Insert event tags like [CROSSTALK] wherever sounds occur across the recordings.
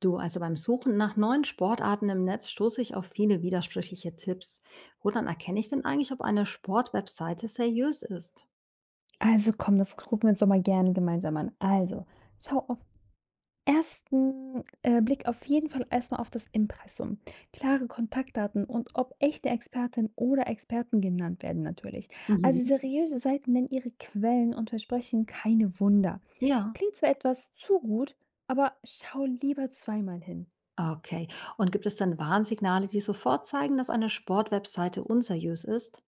Du, also beim Suchen nach neuen Sportarten im Netz stoße ich auf viele widersprüchliche Tipps. Woran erkenne ich denn eigentlich, ob eine Sportwebseite seriös ist? Also komm, das gucken wir uns doch mal gerne gemeinsam an. Also, schau auf ersten Blick auf jeden Fall erstmal auf das Impressum. Klare Kontaktdaten und ob echte Expertinnen oder Experten genannt werden natürlich. Mhm. Also seriöse Seiten nennen ihre Quellen und versprechen keine Wunder. Ja. Klingt zwar etwas zu gut, aber schau lieber zweimal hin. Okay. Und gibt es denn Warnsignale, die sofort zeigen, dass eine Sportwebseite unseriös ist?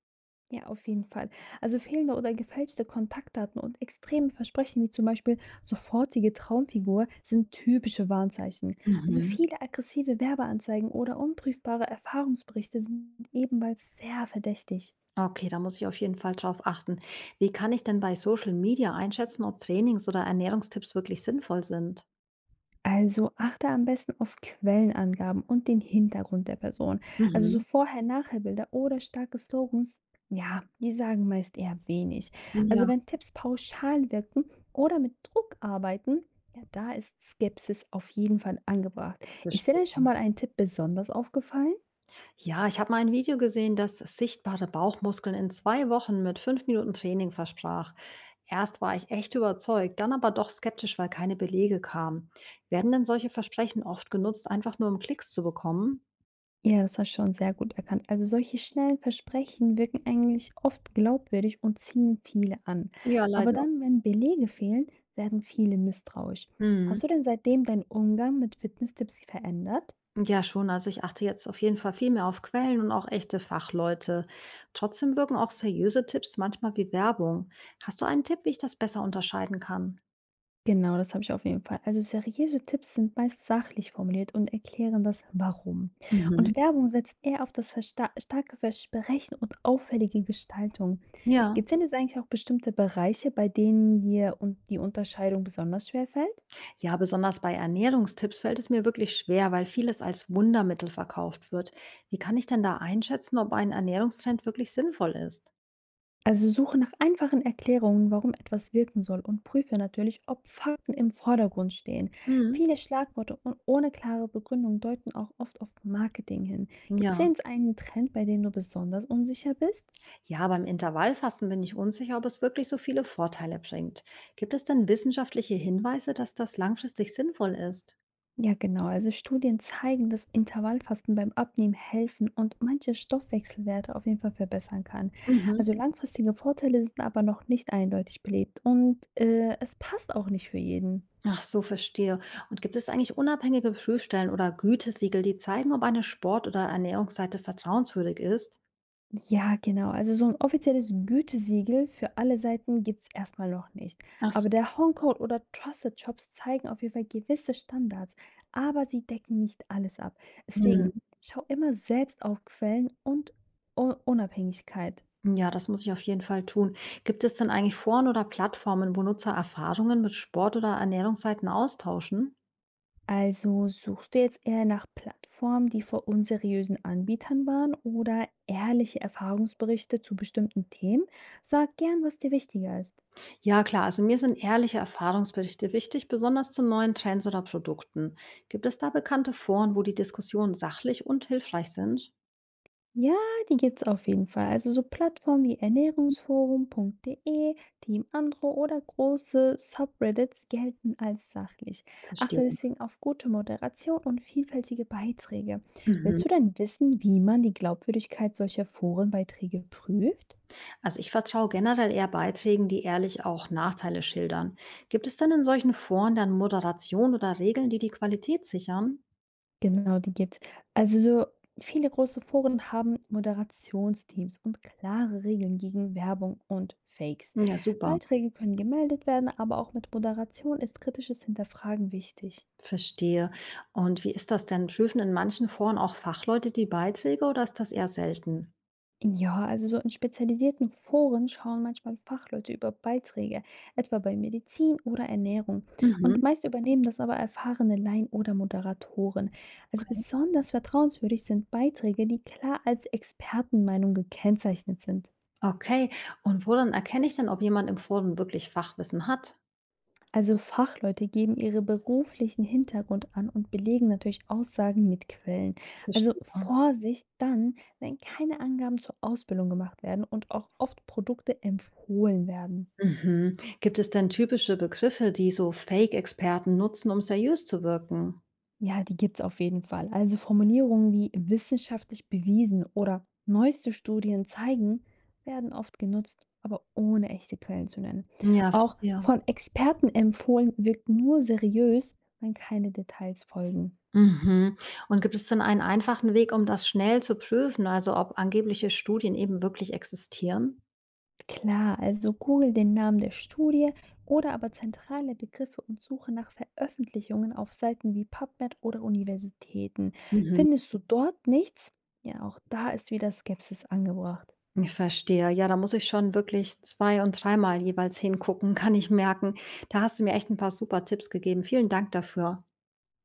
Ja, auf jeden Fall. Also fehlende oder gefälschte Kontaktdaten und extreme Versprechen wie zum Beispiel sofortige Traumfigur sind typische Warnzeichen. Also Mhm. viele aggressive Werbeanzeigen oder unprüfbare Erfahrungsberichte sind ebenfalls sehr verdächtig. Okay, da muss ich auf jeden Fall drauf achten. Wie kann ich denn bei Social Media einschätzen, ob Trainings- oder Ernährungstipps wirklich sinnvoll sind? Also achte am besten auf Quellenangaben und den Hintergrund der Person. Also so Mhm. Vorher-Nachher-Bilder oder starke Slogans, ja, die sagen meist eher wenig. Ja, Also wenn Tipps pauschal wirken oder mit Druck arbeiten, ja, da ist Skepsis auf jeden Fall angebracht. Ist dir verstehe. denn schon mal ein Tipp besonders aufgefallen? Ja, ich habe mal ein Video gesehen, das sichtbare Bauchmuskeln in 2 Wochen mit 5 Minuten Training versprach. Erst war ich echt überzeugt, dann aber doch skeptisch, weil keine Belege kamen. Werden denn solche Versprechen oft genutzt, einfach nur um Klicks zu bekommen? Ja, das hast du schon sehr gut erkannt. Also solche schnellen Versprechen wirken eigentlich oft glaubwürdig und ziehen viele an. Ja, Aber leider. dann, wenn Belege fehlen, werden viele misstrauisch. Mhm. Hast du denn seitdem deinen Umgang mit Fitnesstipps verändert? Ja, schon. Also ich achte jetzt auf jeden Fall viel mehr auf Quellen und auch echte Fachleute. Trotzdem wirken auch seriöse Tipps manchmal wie Werbung. Hast du einen Tipp, wie ich das besser unterscheiden kann? Genau, das habe ich auf jeden Fall. Also seriöse Tipps sind meist sachlich formuliert und erklären das Warum. Mhm. Und Werbung setzt eher auf das starke Versprechen und auffällige Gestaltung. Ja. Gibt es denn jetzt eigentlich auch bestimmte Bereiche, bei denen dir und die Unterscheidung besonders schwer fällt? Ja, besonders bei Ernährungstipps fällt es mir wirklich schwer, weil vieles als Wundermittel verkauft wird. Wie kann ich denn da einschätzen, ob ein Ernährungstrend wirklich sinnvoll ist? Also suche nach einfachen Erklärungen, warum etwas wirken soll und prüfe natürlich, ob Fakten im Vordergrund stehen. Mhm. Viele Schlagworte und ohne klare Begründung deuten auch oft auf Marketing hin. Gibt es Ja. denn einen Trend, bei dem du besonders unsicher bist? Ja, beim Intervallfasten bin ich unsicher, ob es wirklich so viele Vorteile bringt. Gibt es denn wissenschaftliche Hinweise, dass das langfristig sinnvoll ist? Ja, genau. Also Studien zeigen, dass Intervallfasten beim Abnehmen helfen und manche Stoffwechselwerte auf jeden Fall verbessern kann. Mhm. Also langfristige Vorteile sind aber noch nicht eindeutig belegt und es passt auch nicht für jeden. Ach so, verstehe. Und gibt es eigentlich unabhängige Prüfstellen oder Gütesiegel, die zeigen, ob eine Sport- oder Ernährungsseite vertrauenswürdig ist? Ja, genau. Also so ein offizielles Gütesiegel für alle Seiten gibt's erst mal noch nicht. Ach Aber so. der Honecode oder Trusted Shops zeigen auf jeden Fall gewisse Standards, aber sie decken nicht alles ab. Deswegen schau immer selbst auf Quellen und U Unabhängigkeit. Ja, das muss ich auf jeden Fall tun. Gibt es denn eigentlich Foren oder Plattformen, wo Nutzer Erfahrungen mit Sport- oder Ernährungsseiten austauschen? Also suchst du jetzt eher nach Plattformen, die vor unseriösen Anbietern waren oder ehrliche Erfahrungsberichte zu bestimmten Themen? Sag gern, was dir wichtiger ist. Ja, klar. Also mir sind ehrliche Erfahrungsberichte wichtig, besonders zu neuen Trends oder Produkten. Gibt es da bekannte Foren, wo die Diskussionen sachlich und hilfreich sind? Ja, die gibt's auf jeden Fall. Also so Plattformen wie ernährungsforum.de, Team Andro oder große Subreddits gelten als sachlich. Achte Verstehe. deswegen auf gute Moderation und vielfältige Beiträge. Mhm. Willst du denn wissen, wie man die Glaubwürdigkeit solcher Forenbeiträge prüft? Also ich vertraue generell eher Beiträgen, die ehrlich auch Nachteile schildern. Gibt es denn in solchen Foren dann Moderation oder Regeln, die die Qualität sichern? Genau, die gibt's. Also so viele große Foren haben Moderationsteams und klare Regeln gegen Werbung und Fakes. Ja, super. Beiträge können gemeldet werden, aber auch mit Moderation ist kritisches Hinterfragen wichtig. Verstehe. Und wie ist das denn? Prüfen in manchen Foren auch Fachleute die Beiträge oder ist das eher selten? Ja, also so in spezialisierten Foren schauen manchmal Fachleute über Beiträge, etwa bei Medizin oder Ernährung. Mhm. Und meist übernehmen das aber erfahrene Laien oder Moderatoren. Also Okay. besonders vertrauenswürdig sind Beiträge, die klar als Expertenmeinung gekennzeichnet sind. Okay. Und woran erkenne ich denn, ob jemand im Forum wirklich Fachwissen hat? Also Fachleute geben ihre beruflichen Hintergrund an und belegen natürlich Aussagen mit Quellen. Also Verstehe. Vorsicht dann, wenn keine Angaben zur Ausbildung gemacht werden und auch oft Produkte empfohlen werden. Mhm. Gibt es denn typische Begriffe, die so Fake-Experten nutzen, um seriös zu wirken? Ja, die gibt es auf jeden Fall. Also Formulierungen wie wissenschaftlich bewiesen oder neueste Studien zeigen, werden oft genutzt, aber ohne echte Quellen zu nennen. Ja, Auch verstehe. von Experten empfohlen wirkt nur seriös, wenn keine Details folgen. Mhm. Und gibt es denn einen einfachen Weg, um das schnell zu prüfen, also ob angebliche Studien eben wirklich existieren? Klar, also google den Namen der Studie oder aber zentrale Begriffe und suche nach Veröffentlichungen auf Seiten wie PubMed oder Universitäten. Mhm. Findest du dort nichts? Ja, auch da ist wieder Skepsis angebracht. Ich verstehe. Ja, da muss ich schon wirklich 2 und dreimal jeweils hingucken, [LAUGHS] kann ich merken. Da hast du mir echt ein paar super Tipps gegeben. Vielen Dank dafür.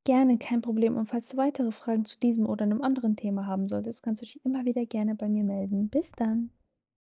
Gerne, kein Problem. Und falls du weitere Fragen zu diesem oder einem anderen Thema haben solltest, kannst du dich immer wieder gerne bei mir melden. Bis dann.